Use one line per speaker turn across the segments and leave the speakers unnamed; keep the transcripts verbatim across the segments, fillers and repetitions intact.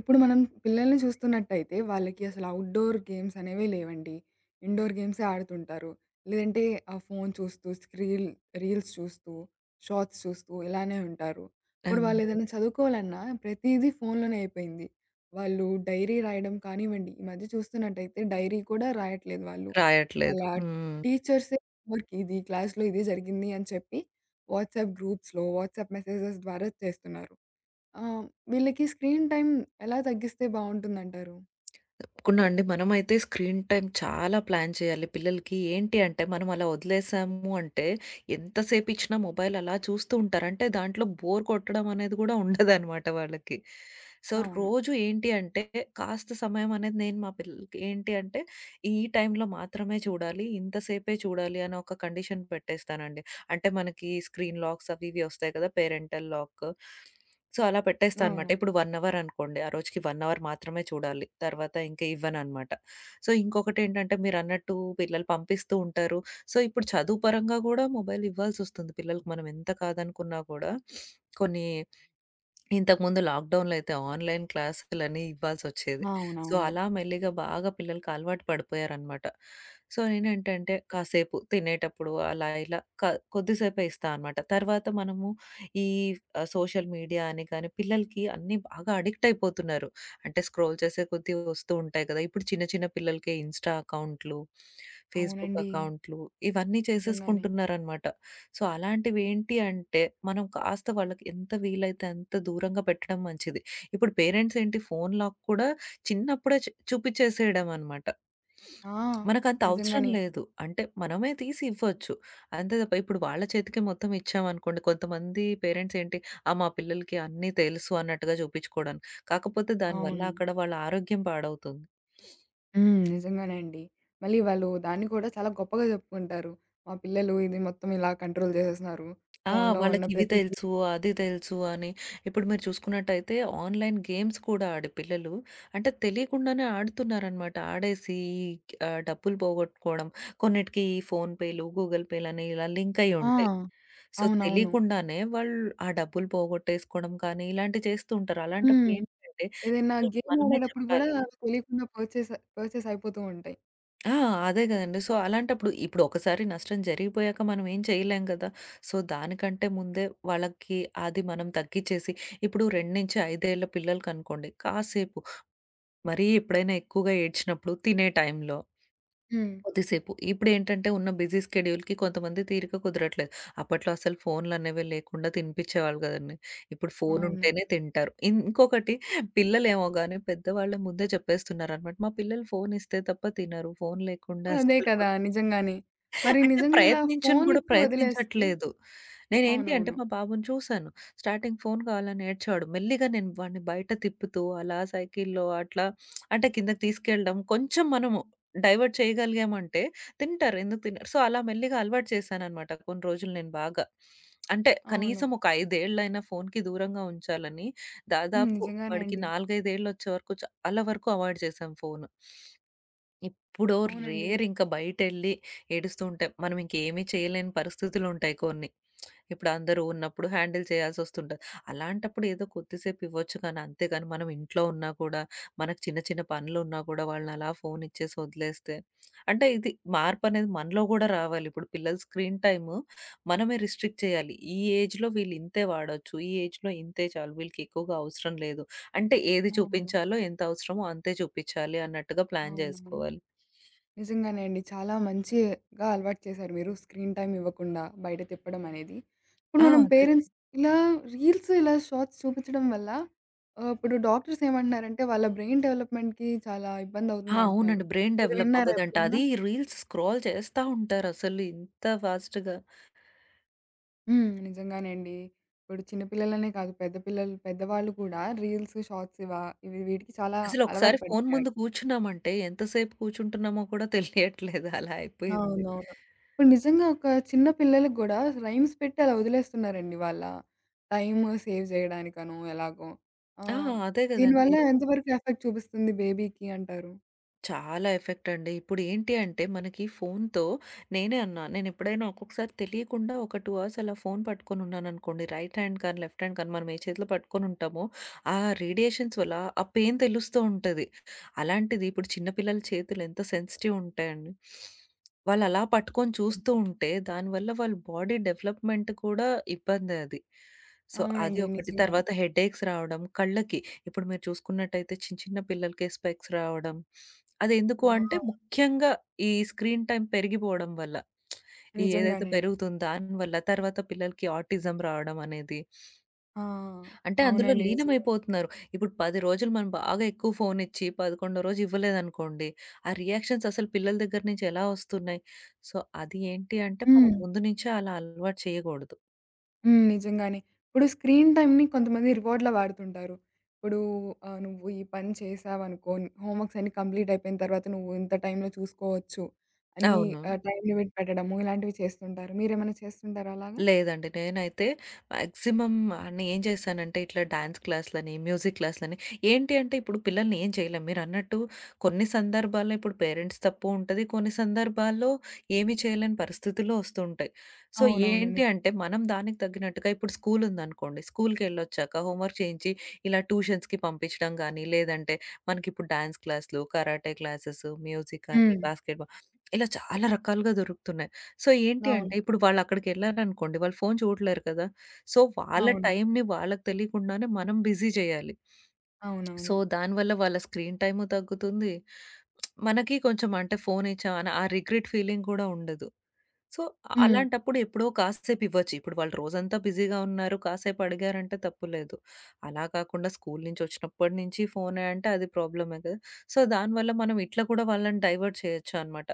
ఇప్పుడు మనం పిల్లల్ని చూస్తున్నట్టయితే, వాళ్ళకి అసలు అవుట్‌డోర్ గేమ్స్ అనేవే లేవండి. ఇండోర్ గేమ్సే ఆడుతుంటారు. లేదంటే ఆ ఫోను చూస్తూ, స్క్రీల్ రీల్స్ చూస్తూ, షార్ట్స్ చూస్తూ ఇలానే ఉంటారు. ఇప్పుడు
అవును.
వాళ్ళేదైనా చదువుకోవాలన్నా ప్రతీదీ ఫోనులోనే అయిపోయింది. వాళ్ళు డైరీ రాయడం కానివ్వండి, ఈ మధ్య చూస్తున్నట్టయితే డైరీ కూడా రాయట్లేదు వాళ్ళు. వాళ్ళ
రాయట్లేదు. హ్మ్.
టీచర్సే "హోంవర్క్ ఇది, క్లాస్‌లో ఇది జరిగింది" అని చెప్పి వాట్సాప్ గ్రూప్స్‌లో, వాట్సాప్ మెసేజెస్ ద్వారా చేస్తున్నారు. ఆ! వీళ్ళకి స్క్రీన్ టైమ్ ఎలా తగ్గిస్తే బావుంటుందంటారు?
తప్పకుండా అండి. మనమైతే స్క్రీన్ టైమ్ చాలా ప్లాన్ చేయాలి పిల్లలకి. ఏంటి అంటే మనం అలా వదిలేసాము అంటే ఎంతసేపు ఇచ్చినా మొబైల్ అలా చూస్తూ ఉంటారు. అంటే దాంట్లో బోర్ కొట్టడం అనేది కూడా ఉండదనమాట వాళ్ళకి. సో,
అవును.
రోజు ఏంటి అంటే కాస్త సమయం అనేది నేను మా పిల్లలకి ఏంటి అంటే ఈ టైంలో మాత్రమే చూడాలి. ఇంతసేపే చూడాలి అని ఒక కండిషన్ పెట్టేస్తానండి. అంటే మనకి స్క్రీన్ లాక్స్ అవి ఇవి వస్తాయి కదా! Parental lock. సో, అలా పెట్టేస్తా అనమాట.
అవును.
ఇప్పుడు ఒక అవర్ అనుకోండి. ఆ రోజుకి ఒక అవర్ మాత్రమే చూడాలి. తర్వాత ఇంకా ఇవ్వననమాట. సో, ఇంకొకటేంటంటే మీరన్నట్టు పిల్లలు పంపిస్తూ ఉంటారు. సో, ఇప్పుడు చదువు పరంగా గూడా మొబైల్ ఇవ్వాల్సొస్తుంది పిల్లలకి. మనం ఎంత కాదనుకున్నా గూడా కొన్ని ఇంతకుముందు లాక్‌డౌన్‌లో అయితే ఆన్‌లైన్ క్లాసులని ఇవ్వాల్సొచ్చేది. సో,
అవునవును.
అలా మెల్లిగా బాగా పిల్లలకి అలవాటు పడిపోయారనమాట. సో, నేనేంటంటే కాసేపు తినేటప్పుడు అలా ఇలా క కొద్దిసేపే ఇస్తా అనమాట. తర్వాత మనము ఈ ఆహ్, సోషల్ మీడియా అని కానీ పిల్లలకి అన్నీ బాగా అడిక్ట్ అయిపోతున్నారు. అంటే స్క్రోల్ చేసే కొద్దీ వస్తూ ఉంటాయి కదా! ఇప్పుడు చిన్న చిన్న పిల్లలకే ఇన్‌స్టా అకౌంట్లు, ఫేస్‌బుక్
అవునండి.
అకౌంట్లు ఇవన్నీ
నిజంగానే.
చేసేసుకుంటున్నారనమాట. సో, అలాంటివేంటి అంటే, మనం కాస్త వాళ్ళకి ఎంత వీలైతే అంత దూరంగా పెట్టడం మంచిది. ఇప్పుడు పేరెంట్స్ ఏంటి ఫోను లాక్ కూడా చిన్నప్పుడే చ్ చూపించేసేయడం అనమాట.
ఆ!
మనకంత అవసరం
నిజంగానే.
లేదు. అంటే మనమే తీసి ఇవ్వచ్చు. అంతే తప్ప ఇప్పుడు వాళ్ళ చేతికే మొత్తం ఇచ్చామనుకోండి, కొంతమంది పేరెంట్స్ ఏంటి, ఆ! మా పిల్లలకి అన్నీ తెలుసు అన్నట్టుగా చూపించుకోవడానికి. కాకపోతే దానివల్ల
అవును.
అక్కడ వాళ్ళ ఆరోగ్యం పాడవుతుంది.
హ్మ్. నిజంగానే అండి. మళ్ళీ వాళ్ళు దాన్ని కూడా చాలా గొప్పగా చెప్పుకుంటారు. మా పిల్లలు ఇది మొత్తం ఇలా కంట్రోల్ చేసేస్తున్నారు.
ఆ!
ఫోన్‌లో ఉన్న
వాళ్ళకి ఇవి
ప్రతి ఫీ.
తెలుసు, అది తెలుసు అని. ఇప్పుడు మీరు చూసుకున్నట్టయితే ఆన్‌లైన్ గేమ్స్ కూడా ఆడి పిల్లలు అంటే తెలియకుండానే ఆడుతున్నారనమాట. ఆడేసి ఆహ్, డబ్బులు పోగొట్టుకోవడం, కొన్నిటికి ఈ ఫోన్‌పేలు, గూగుల్ పేలని ఇలా లింక్ అయ్యి
ఆ!
ఉంటాయి. సో,
అవునవును.
తెలియకుండానే వాళ్ళు ఆ డబ్బులు పోగొట్టేసుకోవడం కానీ ఇలాంటివి చేస్తూ ఉంటారు. అలాంటప్పుడు
హ్మ్.
ఏంటంటే,
ఏదైనా
పిల్లలకి
గేమ్
మనమే
ఆడేటప్పుడు కూడా
చెప్పాలి.
తెలియకుండా పర్చేస్ పర్చేస్ అయిపోతూ ఉంటాయి.
ఆ! అదే గదండీ. సో, అలాంటప్పుడు ఇప్పుడు ఒకసారి నష్టం జరిగిపోయాక మనం ఏం చేయలేం గదా! సో, దానికంటే ముందే వాళ్ళకి అది మనం తగ్గిచ్చేసి ఇప్పుడు రెండు నుంచి ఐదు పిల్లలకనుకోండి కాసేపు మరీ ఎప్పుడైనా ఎక్కువగా ఏడ్చినప్పుడు తినే టైంలో
హ్మ్.
కొద్దిసేపు. ఇప్పుడేంటంటే ఉన్న బిజీ స్కెడ్యూల్‌కి కొంతమంది తీరిక కుదరట్లేదు. అప్పట్లో అసలు ఫోన్‌లనేవే లేకుండా తినిపిచ్చేవాళ్ళు గదండీ. ఇప్పుడు
అవును.
ఫోనుంటేనే తింటారు. ఇంకొకటి పిల్లలేమో గానీ పెద్దవాళ్ళే ముందే చెప్పేస్తున్నారనమాట. మా పిల్లలు ఫోనిస్తే తప్ప తినరు. ఫోను లేకుండా
అదే
అసలు
కదా! నిజంగానే. మరి
అంటే
నిజంగా ఇలా
ప్రయత్నించను
ఫోను
గూడా
ఇచ్చి వదిలేస్తే
ప్రయత్నించట్లేదు. నేనేంటి అంటే
అవునవును.
మా బాబుని చూసాను. స్టార్టింగ్ ఫోను కావాలని ఏడ్చాడు. మెల్లిగా నేను వాడిని బయట తిప్పుతూ అలా సైకిల్‌లో అట్లా అంటే కిందకి తీసుకెళ్ళడం కొంచెం మనము డైవర్ట్ చేయగలిగామంటే తింటారు. ఎందుకు తినరు? సో, అలా మెల్లిగా అలవాటు చేశాననమాట కొన్ని రోజులు నేను బాగా. అంటే
అవును.
కనీసం ఒక ఐదు ఏళ్ళైనా ఫోనుకి దూరంగా ఉంచాలని
హ్మ్.
దాదాపు
నిజంగానే
వాడికి
అండి.
నాలుగు, ఐదు ఏళ్ళొచ్చే వరకు చాలా వరకు అవాయిడ్ చేశాం ఫోను. ఎప్పుడో
అవునండి.
రేర్
నిజం.
ఇంకా బయటెళ్ళి ఏడుస్తూ ఉంటాం. మనం ఇంకేమి చేయలేని పరిస్థితులుంటాయి కొన్ని. ఇప్పుడు అందరూ ఉన్నప్పుడు హ్యాండిల్ చేయాల్సొస్తుంటది. అలాంటప్పుడు ఏదో కొద్దిసేపు ఇవ్వచ్చు కానీ, అంతేగాని మనం ఇంట్లో ఉన్నా కూడా, మనకు చిన్న చిన్న పనులున్నా కూడా వాళ్ళనలా ఫోన్ ఇచ్చేసి వదిలేస్తే అంటే ఇది మార్పనేది మనలో గూడా రావాలి. ఇప్పుడు పిల్లల స్క్రీన్ టైమ్ మనమే రిస్ట్రిక్ట్ చేయాలి. ఈ ఏజ్‌లో వీళ్ళు ఇంతే వాడొచ్చు. ఈ ఏజ్‌లో ఇంతే చాలు. వీళ్ళకి ఎక్కువగా అవసరం లేదు. అంటే ఏది
అవును.
చూపించాలో, ఎంత అవసరమో అంతే చూపించాలి అన్నట్టుగా ప్లాన్
అవునవును.
జేసుకోవాలి.
నిజంగానే అండి. చాలా మంచిగా అలవాటు చేశారు మీరు. స్క్రీన్ టైమ్ ఇవ్వకుండా బయట తిప్పడం అనేది. ఇప్పుడు
ఆ!
మనం
అదే.
పేరెంట్స్ ఇలా రీల్స్, ఇలా షార్ట్స్ చూపించడం వల్ల ఆహ్, ఇప్పుడు డాక్టర్స్ ఏమంటున్నారంటే వాళ్ళ బ్రెయిన్ డెవలప్‌మెంట్‌కి చాలా ఇబ్బంది
ఆ!
అవుతుంది అంటున్నారు.
అవునండి. బ్రెయిన్
మీరు
డెవలప్
విన్నారా
అవ్వదంట.
ఎప్పుడైనా?
అది రీల్స్ స్క్రోల్ చేస్తా ఉంటారసలు ఇంత ఫాస్ట్‌గా.
హ్మ్. నిజంగానండి. ఇప్పుడు చిన్న పిల్లలనే కాదు పెద్ద పిల్లలు పెద్దవాళ్ళు కూడా రీల్స్, షార్ట్స్ ఇవా ఇవి వీటికి చాలా
అసలొకసారి
అలవాటు
ఫోను ముందు
పడిపోయారు.
కూర్చున్నామంటే ఎంతసేపు కూర్చుంటున్నామో కూడా తెలియట్లేదు అలా అయిపోయింది.
అవునవును. ఇప్పుడు నిజంగా ఒక చిన్న పిల్లలకి గూడా రైమ్స్ పెట్టి అలా వదిలేస్తున్నారండి వాళ్ళ టైమ్ సేవ్ జేయడానికనో ఎలాగో.
ఆ!
ఆహ్,
అదే గదండీ.
దీనివల్ల ఎంతవరకు ఎఫెక్ట్ చూపిస్తుంది బేబీకి అంటారు?
చాలా ఎఫెక్ట్ అండి. ఇప్పుడేంటి అంటే మనకి ఫోన్‌తో నేనే అన్నా. నేనెప్పుడైనా ఒక్కొక్కసారి తెలియకుండా ఒక రెండు అవర్స్ అలా ఫోన్ పట్టుకొనున్నాననుకోండి. రైట్ హ్యాండ్ కానీ, లెఫ్ట్ హ్యాండ్ కానీ మనం ఏ చేతిలో పట్టుకొనుంటామో, ఆ రేడియేషన్స్ వల్ల ఆ పెయిన్ తెలుస్తూ ఉంటది. అలాంటిది ఇప్పుడు చిన్న పిల్లల చేతులు ఎంత సెన్సిటివ్ ఉంటాయండి. వాళ్ళలా పట్టుకొని చూస్తూ
హెల్త్.
ఉంటే దానివల్ల వాళ్ళ బాడీ డెవలప్‌మెంట్ కూడా ఇబ్బందే అది. సో, అది
అవునండి.
ఒకటి.
నిజంగానే.
తర్వాత హెడేక్స్ రావడం కళ్ళకి. ఇప్పుడు మీరు చూసుకున్నట్టయితే చిన్న చిన్న పిల్లలకే స్పెక్స్ రావడం. అదెందుకు అంటే
ఆ!
ముఖ్యంగా ఈ స్క్రీన్ టైమ్ పెరిగిపోవడం వల్ల. ఈ ఏదైతే
నిజంగానే. అండి.
పెరుగుతుందో దానివల్ల. తర్వాత పిల్లలకి ఆటిజం రావడం అనేది.
ఆ!
అంటే అందులో
అవునండి. నిజంగా.
లీనమైపోతున్నారు. ఇప్పుడు పది రోజులు మనం బాగా ఎక్కువ ఫోన్ ఇచ్చి పదకొండవ రోజు ఇవ్వలేదనుకోండి. ఆ రియాక్షన్స్ అసలు పిల్లల దగ్గర నుంచి ఎలా వస్తున్నాయి? సో, అది ఏంటి అంటే మనం
హ్మ్.
ముందు నుంచే అలా అలవాటు చేయకూడదు.
హ్మ్. నిజంగానే. ఇప్పుడు స్క్రీన్ టైమ్‌ని కొంతమంది రివార్డ్‌లా వాడుతుంటారు. ఇప్పుడు ఆహ్, నువ్వు ఈ పని చేశావనుకో, హోంవర్క్స్ అన్నీ కంప్లీట్ అయిపోయిన తర్వాత నువ్వు ఇంత టైమ్‌లో చూసుకోవచ్చు అని
అవును.
ఆహ్, టైమ్ లిమిట్ పెట్టడము ఇలాంటివి చేస్తుంటారు. మీరేమైనా చేస్తుంటారా అలాగా?
లేదండి. నేనైతే మాక్సిమం నేను ఏం చేశానంటే ఇట్లా డాన్స్ క్లాస్‌లని, మ్యూజిక్ క్లాస్‌లని ఏంటి అంటే ఇప్పుడు పిల్లల్ని ఏం చేయలేం. మీరన్నట్టు కొన్ని సందర్భాల్లో ఇప్పుడు పేరెంట్స్ తప్పు ఉంటది. కొన్ని సందర్భాల్లో ఏమీ చేయలేని పరిస్థితులు వస్తూ ఉంటాయి. సో,
అవునవును.
ఏంటి
నిజం.
అంటే మనం దానికి తగ్గినట్టుగా ఇప్పుడు స్కూల్ ఉందనుకోండి. స్కూల్‌కెళ్ళొచ్చాక హోంవర్క్ చేయించి ఇలా ట్యూషన్స్‌కి పంపించడం గానీ, లేదంటే మనకిప్పుడు డాన్స్ క్లాస్‌లు, కరాటే క్లాసెస్, మ్యూజిక్ అని,
హ్మ్.
బాస్కెట్‌బాల్ ఇలా చాలా రకాలుగా దొరుకుతున్నాయి. సో, ఏంటి
అవును.
అంటే ఇప్పుడు వాళ్ళక్కడికెళ్లారనుకోండి, వాళ్ళు ఫోను చూడలేరు కదా! సో, వాళ్ళ
అవును.
టైంని వాళ్ళకి తెలియకుండానే మనం బిజీ చేయాలి. సో,
అవునవును.
దానివల్ల వాళ్ళ స్క్రీన్ టైము తగ్గుతుంది. మనకి కొంచెం అంటే ఫోను ఇచ్చామని ఆ రిగ్రెట్ ఫీలింగ్ కూడా ఉండదు. సో,
హ్మ్.
అలాంటప్పుడు ఎప్పుడో కాసేపు ఇవ్వచ్చు. ఇప్పుడు వాళ్ళు రోజంతా బిజీగా ఉన్నారు, కాసేపు అడిగారంటే తప్పు లేదు. అలా కాకుండా స్కూలు నుంచి వచ్చినప్పటి నుంచి ఫోనే అంటే అది ప్రాబ్లమే కదా! సో, దానివల్ల మనం ఇట్లా కూడా వాళ్ళని డైవర్ట్ చేయొచ్చు అన్నమాట.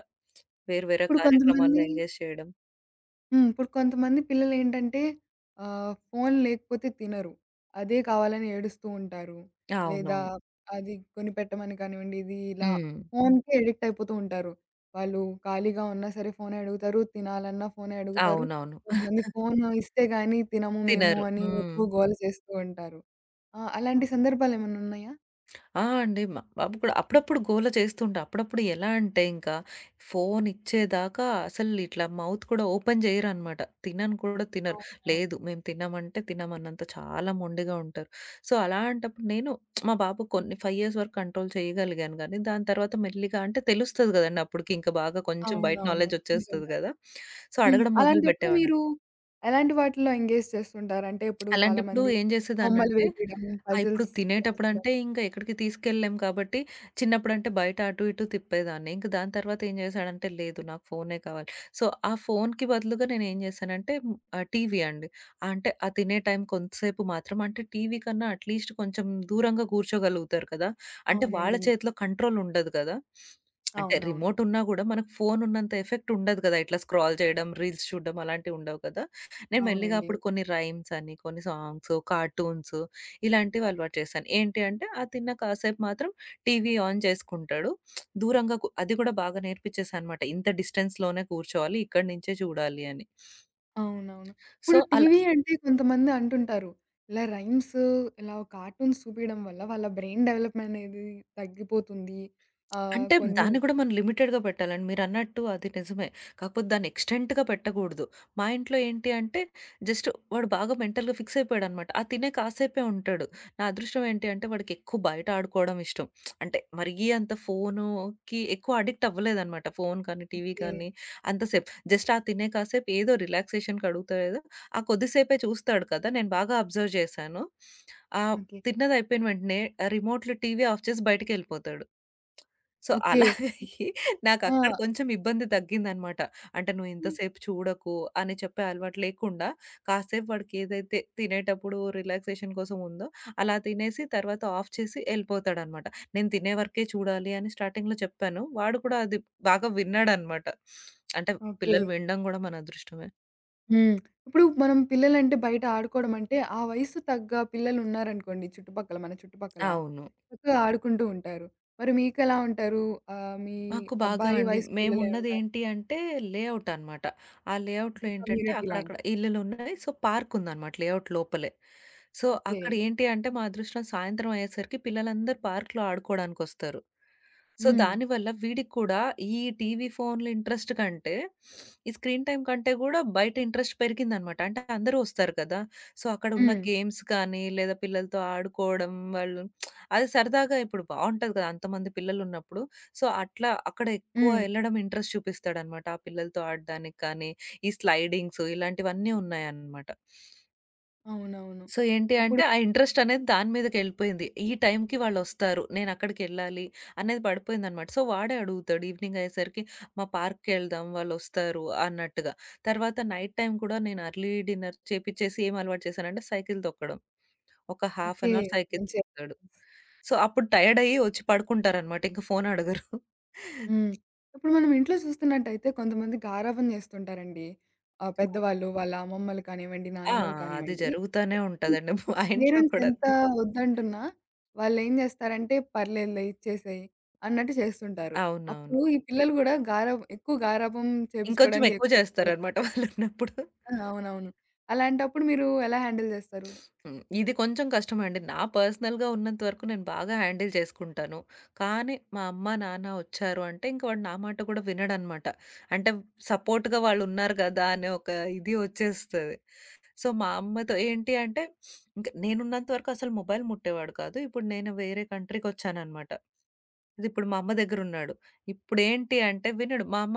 వేరు వేరే
ఇప్పుడు
కార్యక్రమాల్లో
కొంతమంది.
ఎంగేజ్ చేయడం.
హ్మ్. ఇప్పుడు కొంతమంది పిల్లలేంటంటే ఆహ్, ఫోను లేకపోతే తినరు. అదే కావాలని ఏడుస్తూ ఉంటారు. లేదా
అవునవును.
అది కొనిపెట్టమని కానివ్వండి, ఇది ఇలా
హ్మ్.
ఫోనుకే అడిక్ట్ అయిపోతూ ఉంటారు. వాళ్ళు ఖాళీగా ఉన్నా సరే ఫోనే అడుగుతారు, తినాలన్నా ఫోనే అడుగుతారు.
అవునవును.
కొంతమంది ఫోను ఇస్తే గాని తినము మేము
తినరు.
అని
హ్మ్.
ఎక్కువ గోల చేస్తూ ఉంటారు. ఆ! అలాంటి సందర్భాలేమన్నా ఉన్నాయా?
ఆ! అండి. మా బాబు కూడా అప్పుడప్పుడు గోల చేస్తుంటా. అప్పుడప్పుడు ఎలా అంటే ఇంకా ఫోను ఇచ్చేదాకా అసలు ఇట్లా మౌత్ కూడా ఓపెన్ చేయరనమాట. తినను కూడా తినరు.
అవునవును.
లేదు మేము తినమంటే తినమన్నంత చాలా మొండిగా ఉంటారు. సో, అలాంటప్పుడు నేను మా బాబు కొన్ని ఐదు ఇయర్స్ వరకు కంట్రోల్ చేయగలిగాను గానీ, దాని తర్వాత మెల్లిగా అంటే తెలుస్తది కదండీ అప్పటికి ఇంకా బాగా కొంచెం బయట
అవునవును.
నాలెడ్జ్
నిజం.
వచ్చేస్తది కదా! సో,
హ్మ్.
అడగడం మొదలు
అలాంటప్పుడు
పెట్టేవాడు.
మీరు ఎలాంటి వాటిల్లో ఎంగేజ్ చేస్తుంటారు? అంటే ఇప్పుడు
అలాంటప్పుడు
చాలామంది
ఏం
బొమ్మలు
జేసేదాన్నంటే,
వేపీయడం,
ఆహ్, ఇప్పుడు
పజిల్స్ చేపించడం.
తినేటప్పుడంటే ఇంక ఎక్కడికి తీసుకెళ్ళలేం కాబట్టి, చిన్నప్పుడంటే బయట అటు ఇటు తిప్పేదాన్ని. ఇంక దాని తర్వాత ఏం జేశాడంటే, లేదు నాకు ఫోనే కావాలి. సో, ఆ ఫోన్‌కి బదులుగా నేనేం జేశానంటే, హ్మ్, ఆహ్, టీవీ అండి. ఆ, అంటే ఆ తినే టైం కొంతసేపు మాత్రం అంటే టీవీ కన్నా అట్‌లీస్ట్ కొంచెం దూరంగా గూర్చోగలుగుతారు కదా! అంటే వాళ్ళ
అవునండి.
చేతిలో
నిజమే.
కంట్రోల్ ఉండదు కదా! అంటే
అవునవును.
రిమోట్ ఉన్నా గూడా మనకు ఫోన్ ఉన్నంత ఎఫెక్ట్ ఉండదు కదా! ఇట్లా స్క్రాల్ చేయడం, రీల్స్ చూడడం అలాంటివి ఉండవు కదా! నేను మెల్లిగా
అవునండి.
అప్పుడు కొన్ని రైమ్స్ అని, కొన్ని సాంగ్స్, కార్టూన్స్ ఇలాంటివి అలవాటు చేశాను. ఏంటి అంటే అది తిన్న కాసేపు మాత్రం టీవీ ఆన్ చేసుకుంటాడు. దూరంగా కు అది కూడా బాగా నేర్పించేసా అనమాట. ఇంత డిస్టెన్స్‌లోనే కూర్చోవాలి. ఇక్కడి నుంచే చూడాలి అని.
అవునవును. ఇప్పుడు
సో,
టీవీ అంటే కొంతమంది అంటుంటారు. ఇలా రైమ్స్, ఇలా కార్టూన్స్ చూపియడం వల్ల వాళ్ళ బ్రెయిన్ డెవలప్‌మెంట్ అనేది తగ్గిపోతుంది. ఆహ్,
అంటే
కొన్ని
దాన్ని కూడా మనం లిమిటెడ్‌గా పెట్టాలండి. మీరన్నట్టు అది నిజమే. కాకపోతే దాన్ని ఎక్స్‌టెంట్‌గా పెట్టకూడదు. మా ఇంట్లో ఏంటి అంటే జస్ట్ వాడు బాగా మెంటల్‌గా ఫిక్స్ అయిపోయాడనమాట. ఆ తినే కాసేపే ఉంటాడు. నా అదృష్టం ఏంటి అంటే వాడికి ఎక్కువ బయట ఆడుకోవడం ఇష్టం. అంటే మరీ అంత ఫోనుకి ఎక్కువ అడిక్ట్ అవ్వలేదనమాట. ఫోను కానీ, టీవీ
ఓకే.
కానీ అంతసేపు. జస్ట్ ఆ తినే కాసేపు ఏదో రిలాక్సేషన్‌కి అడుగుతాడు ఏదో ఆ కొద్దిసేపే చూస్తాడు కదా! నేను బాగా అబ్జర్వ్ చేశాను. ఆహ్,
ఓకే.
తిన్నది అయిపోయిన వెంటనే రిమోట్‌లో టీవీ ఆఫ్ చేసి బయటికెళ్ళిపోతాడు. So,
okay.
అలాగే
ఆ!
నాకక్కడ కొంచెం ఇబ్బంది తగ్గిందనమాట. అంటే "నువ్వు ఇంతసేపు చూడకు" అని చెప్పే అలవాటు లేకుండా, కాసేపు వాడికేదైతే తినేటప్పుడు రిలాక్సేషన్ కోసం ఉందో, అలా తినేసి తర్వాత ఆఫ్ చేసి ఎళ్ళిపోతాడనమాట. నేను తినే వరకే చూడాలి అని స్టార్టింగ్‌లో చెప్పాను. వాడు కూడా అది బాగా విన్నాడనమాట. అంటే
ఓకే.
పిల్లలు వినడం గూడా మన అదృష్టమే.
హ్మ్. ఇప్పుడు మనం పిల్లలంటే బయట ఆడుకోవడం అంటే, ఆ వయసు తగ్గ పిల్లలున్నారనుకోండి చుట్టుపక్కల, మన చుట్టుపక్కల.
అవును.
చక్కగా ఆడుకుంటూ ఉంటారు. మరి మీకెలా ఉంటారు? ఆహ్, మీ
మాకు బాగా
అబ్బాయి
అండి.
వయసు పిల్లలే ఉంటారు.
మేమున్నదేంటి అంటే లేఔట్ అన్నమాట. ఆ లేఔట్‌లో
ఓకే.
ఏంటంటే
కమ్యూనిటీ
అక్కడక్కడ
లాంటిది.
ఇల్లులున్నాయి. సో, పార్కుందన్నమాట లేఔట్ లోపలే. So,
okay.
అక్కడ ఏంటి అంటే మా అదృష్టం సాయంత్రం అయ్యేసరికి పిల్లలందరూ పార్క్‌లో ఆడుకోవడానికొస్తారు. సో,
హ్మ్.
దానివల్ల వీడికి కూడా ఈ టీవీ, ఫోన్‌ల ఇంట్రెస్ట్ కంటే ఈ స్క్రీన్ టైమ్ కంటే గూడా బయట ఇంట్రెస్ట్ పెరిగిందన్నమాట. అంటే అందరూ వస్తారు కదా! సో, అక్కడున్న
హ్మ్.
గేమ్స్ కానీ, లేదా పిల్లలతో ఆడుకోవడం, వాళ్ళు అది సరదాగా ఇప్పుడు బావుంటది కదా! అంతమంది పిల్లలున్నప్పుడు. సో, అట్లా అక్కడ ఎక్కువ
హ్మ్.
ఎళ్ళడం ఇంట్రెస్ట్ చూపిస్తాడనమాట. ఆ పిల్లలతో ఆడడానికి కానీ, ఈ స్లైడింగ్స్ ఇలాంటివన్నీ ఉన్నాయనమాట.
అవునవును.
సో, ఏంటి
ఇప్పుడు
అంటే ఆ ఇంట్రెస్ట్ అనేది దాని మీదకెళ్ళిపోయింది. ఈ టైంకి వాళ్ళొస్తారు. నేనక్కడికెళ్ళాలి అనేది పడిపోయిందనమాట. సో, వాడే అడుగుతాడు ఈవినింగ్ అయ్యేసరికి మా పార్క్‌కెళ్దాం వాళ్ళొస్తారు అన్నట్టుగా. తర్వాత నైట్ టైమ్ కూడా నేను ఎర్లీ డిన్నర్ చేపిచ్చేసి ఏం అలవాటు చేశానంటే సైకిల్ తొక్కడం. ఒక half
okay.
An hour cycle
మంచి ఐడియా.
తొక్కుతాడు. సో, అప్పుడు టైర్డ్ అయ్యి వచ్చి పడుకుంటారనమాట. ఇంక ఫోను అడగరు.
హ్మ్. ఇప్పుడు మనం ఇంట్లో చూస్తున్నట్టయితే కొంతమంది గారాబం చేస్తుంటారండి. ఆహ్, పెద్దవాళ్ళు వాళ్ళ అమ్మమ్మలు కానివ్వండి,
ఆ!
నానమ్మలు
అది
కానివ్వండి.
జరుగుతానే ఉంటదండి. మా ఇంట్లో
పేరెంట్స్
కూడా
ఎంత
అంతే.
వద్దంటున్నా, వాళ్ళేం జేస్తారంటే పర్లేదులే ఇచ్చేసేయి అన్నట్టు చేస్తుంటారు.
అవునవును.
అప్పుడు ఈ పిల్లలు గూడా గారాబం ఎక్కువ గారాబం
ఇంకొంచెం
చేపించుకోవడానికి
ఎక్కువ
ఎక్కువ
చేస్తారనమాట
ఇష్టపడుతుంటారు.
వాళ్ళున్నప్పుడు.
ఆ! అవునవును. అలాంటప్పుడు మీరు ఎలా హ్యాండిల్ జేస్తారు?
హ్మ్. ఇది కొంచెం కష్టమండి. నా పర్సనల్‌గా ఉన్నంత వరకు నేను బాగా హ్యాండిల్ చేసుకుంటాను. కానీ మా అమ్మ, నాన్న ఒచ్చారు అంటే ఇంక వాడు నా మాట కూడా వినడనమాట. అంటే సపోర్ట్‌గా వాళ్ళున్నారు గదా! అనే ఒక ఇది ఒచ్చేస్తది. సో, మా అమ్మతో ఏంటి అంటే ఇంక నేనున్నంత వరకు అసలు మొబైల్ ముట్టేవాడు కాదు. ఇప్పుడు నేను వేరే కంట్రీకొచ్చాననమాట. ఇప్పుడు మా అమ్మ దగ్గరున్నాడు. ఇప్పుడేంటి అంటే వినడు. మా అమ్మ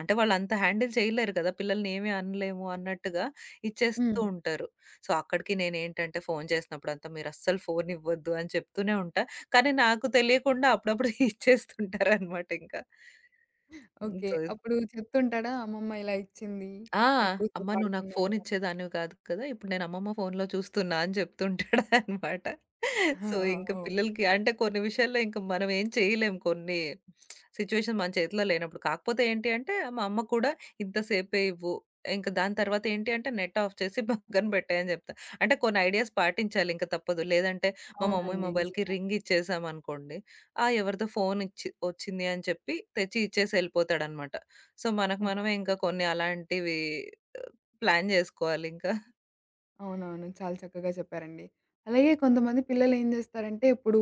అంటే వాళ్ళంత హ్యాండిల్ చేయలేరు గదా! పిల్లల్ని ఏమి అనలేము అన్నట్టుగా ఇచ్చేస్తూ
హ్మ్.
ఉంటారు. సో, అక్కడికి నేనేంటంటే ఫోను చేసినప్పుడంతా మీరస్సలు ఫోనివ్వద్దు అని చెప్తూనే ఉంటా. కానీ నాకు తెలియకుండా అప్పుడప్పుడు ఇచ్చేస్తుంటారనమాట ఇంకా. హ్మ్.
ఓకే.
సో
అప్పుడు చెప్తుంటాడా? అమ్మమ్మ ఇలా ఇచ్చింది.
ఆ! "అమ్మ
ఎక్కువసేపు
నువ్వు నాకు ఫోను
ఆడుకున్నాను.
ఇచ్చేదానివి కాదు కదా! ఇప్పుడు నేను అమ్మమ్మ ఫోనులో చూస్తున్నా" అని చెప్తుంటాడు అనమాట.
ఆ!
సో,
ఆ!
ఇంక
ఓహ్!
పిల్లలకి అంటే కొన్ని విషయాల్లో ఇంక మనం ఏం చేయలేం కొన్ని సిట్యుయేషన్ మన చేతిలో లేనప్పుడు. కాకపోతే ఏంటి అంటే మా అమ్మ కూడా "ఇంతసేపే ఇవ్వు. ఇంక దాని తర్వాత ఏంటి అంటే నెట్ ఆఫ్ చేసి పక్కన పెట్టేయి" అని చెప్తా. అంటే కొన్ని ఐడియాస్ పాటించాలి ఇంక తప్పదు. లేదంటే మా మమ్మీ
అవునండి.
మొబైల్‌కి
నిజమే.
రింగ్ ఇచ్చేసామనుకోండి, "ఆ! ఎవరిదో ఫోను ఇచ్చి వచ్చింది" అని చెప్పి తెచ్చి ఇచ్చేసి ఎళ్ళిపోతాడనమాట. సో, మనకు
ఓకే.
మనమే ఇంకా కొన్ని అలాంటివి ప్లాన్ జేసుకోవాలింకా.
అవునవును. చాలా చక్కగా చెప్పారండి. అలాగే కొంతమంది పిల్లలేం జేస్తారంటే, ఇప్పుడు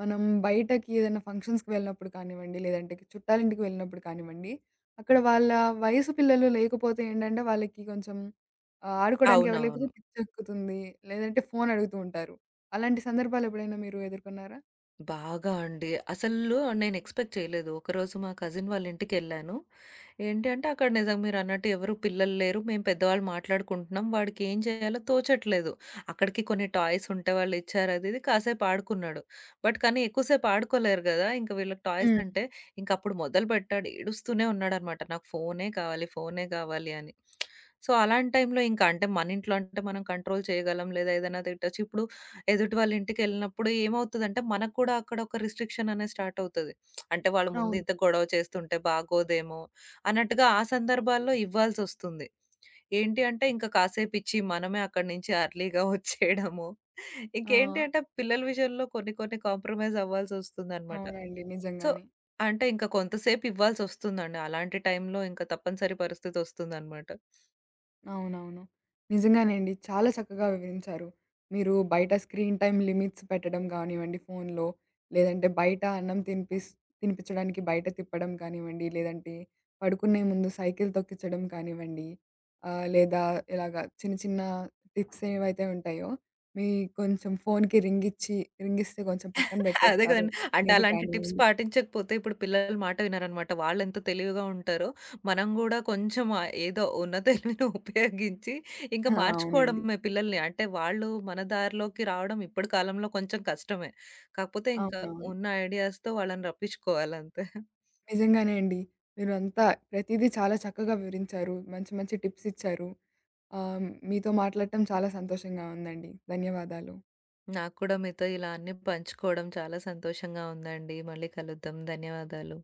మనం బయటకి ఏదైనా ఫంక్షన్స్‌కి వెళ్ళినప్పుడు కానివ్వండి, లేదంటే చుట్టాలింటికి వెళ్ళినప్పుడు కానివ్వండి, అక్కడ వాళ్ళ వయసు పిల్లలు లేకపోతే ఏంటంటే, వాళ్ళకి కొంచెం ఆహ్, ఆడుకోవడానికి ఎవరు
అవునవును.
లేకపోతే పిచ్చెక్కుతుంది. లేదంటే ఫోను అడుగుతూ ఉంటారు. అలాంటి సందర్భాలు ఎప్పుడైనా మీరు ఎదుర్కొన్నారా?
బాగా అండి. అసలు నేను ఎక్స్‌పెక్ట్ చేయలేదు. ఒకరోజు మా కజిన్ వాళ్ళ ఇంటికెళ్ళాను. ఏంటి అంటే అక్కడ నిజంగా మీరన్నట్టు ఎవరు పిల్లలు లేరు. మేము పెద్దవాళ్ళు మాట్లాడుకుంటున్నాం. వాడికి ఏం చేయాలో తోచట్లేదు. అక్కడికి కొన్ని టాయ్స్ ఉంటే వాళ్ళిచ్చారు అది ఇది కాసేపు ఆడుకున్నాడు. బట్ కానీ ఎక్కువసేపు ఆడుకోలేరు గదా! ఇంక వీళ్ళకి టాయ్స్
హ్మ్.
అంటే ఇంక అప్పుడు మొదలుపెట్టాడు. ఏడుస్తూనే ఉన్నాడనమాట. నాకు ఫోనే కావాలి, ఫోనే కావాలి అని. సో, అలాంటి టైంలో ఇంక అంటే మన ఇంట్లో అంటే మనం కంట్రోల్ చేయగలం లేదా ఏదైనా తిట్టొచ్చు. ఇప్పుడు ఎదుటి వాళ్ళ ఇంటికెళ్ళినప్పుడు ఏమవుతదంటే మనకు కూడా అక్కడ ఒక రిస్ట్రిక్షన్ అనేది స్టార్ట్ అవుతది. అంటే వాళ్ళ ముందు
అవును.
ఇంత గొడవ చేస్తుంటే బాగోదేమో! అన్నట్టుగా ఆ సందర్భాల్లో ఇవ్వాల్సొస్తుంది. ఏంటి అంటే ఇంక కాసేపిచ్చి మనమే అక్కడి నుంచి ఎర్లీ‌గా వచ్చేయడము. ఇంకేంటి
ఆ!
అంటే పిల్లల విషయంలో కొన్ని కొన్ని కాంప్రమైజ్ అవ్వాల్సొస్తుందనమాట.
అవునండి.
సో,
నిజంగానే.
అంటే ఇంక కొంతసేపు ఇవ్వాల్సొస్తుందండి. అలాంటి టైంలో ఇంక తప్పనిసరి పరిస్థితొస్తుందనమాట.
అవునవును. నిజంగానండి. చాలా చక్కగా వివరించారు. మీరు బయట స్క్రీన్ టైమ్ లిమిట్స్ పెట్టడం గానివ్వండి ఫోనులో, లేదంటే బయట అన్నం తినిపిస్ తినిపించడానికి బయట తిప్పడం కానివ్వండి, లేదంటే పడుకునే ముందు సైకిల్ తొక్కించడం కానివ్వండి, ఆహ్, లేదా ఇలాగ చిన్న చిన్న టిప్స్ ఏవైతే ఉంటాయో, మీ కొంచెం ఫోనుకి రింగిచ్చి రింగిస్తే కొంచెం పక్కన
అదే
బెట్టేస్తారు
కదండీ. అంటే
అనేది
అలాంటి టిప్స్
కానివ్వండి.
పాటించకపోతే ఇప్పుడు పిల్లలు మాట వినరనమాట. వాళ్ళెంత తెలివిగా ఉంటారో, మనం గూడా కొంచెం ఆహ్, ఏదో ఉన్న తెలివిని ఉపయోగించి ఇంకా
ఆ! అవునండి.
మార్చుకోవడమే పిల్లల్ని. అంటే వాళ్ళు మన దారిలోకి రావడం ఇప్పటి కాలంలో కొంచెం కష్టమే. కాకపోతే ఇంకా
అవునవును.
ఉన్న ఐడియాస్‌తో వాళ్ళని రప్పించుకోవాలంతే.
నిజంగానే అండి. మీరంతా ప్రతీదీ చాలా చక్కగా వివరించారు. మంచి మంచి టిప్స్ ఇచ్చారు. ఆహ్, మీతో మాట్లాడటం చాలా సంతోషంగా ఉందండి. ధన్యవాదాలు.
నాకు కూడా మీతో ఇలా అన్నీ పంచుకోవడం చాలా సంతోషంగా ఉందండి. మళ్ళీ కలుద్దాం. ధన్యవాదాలు.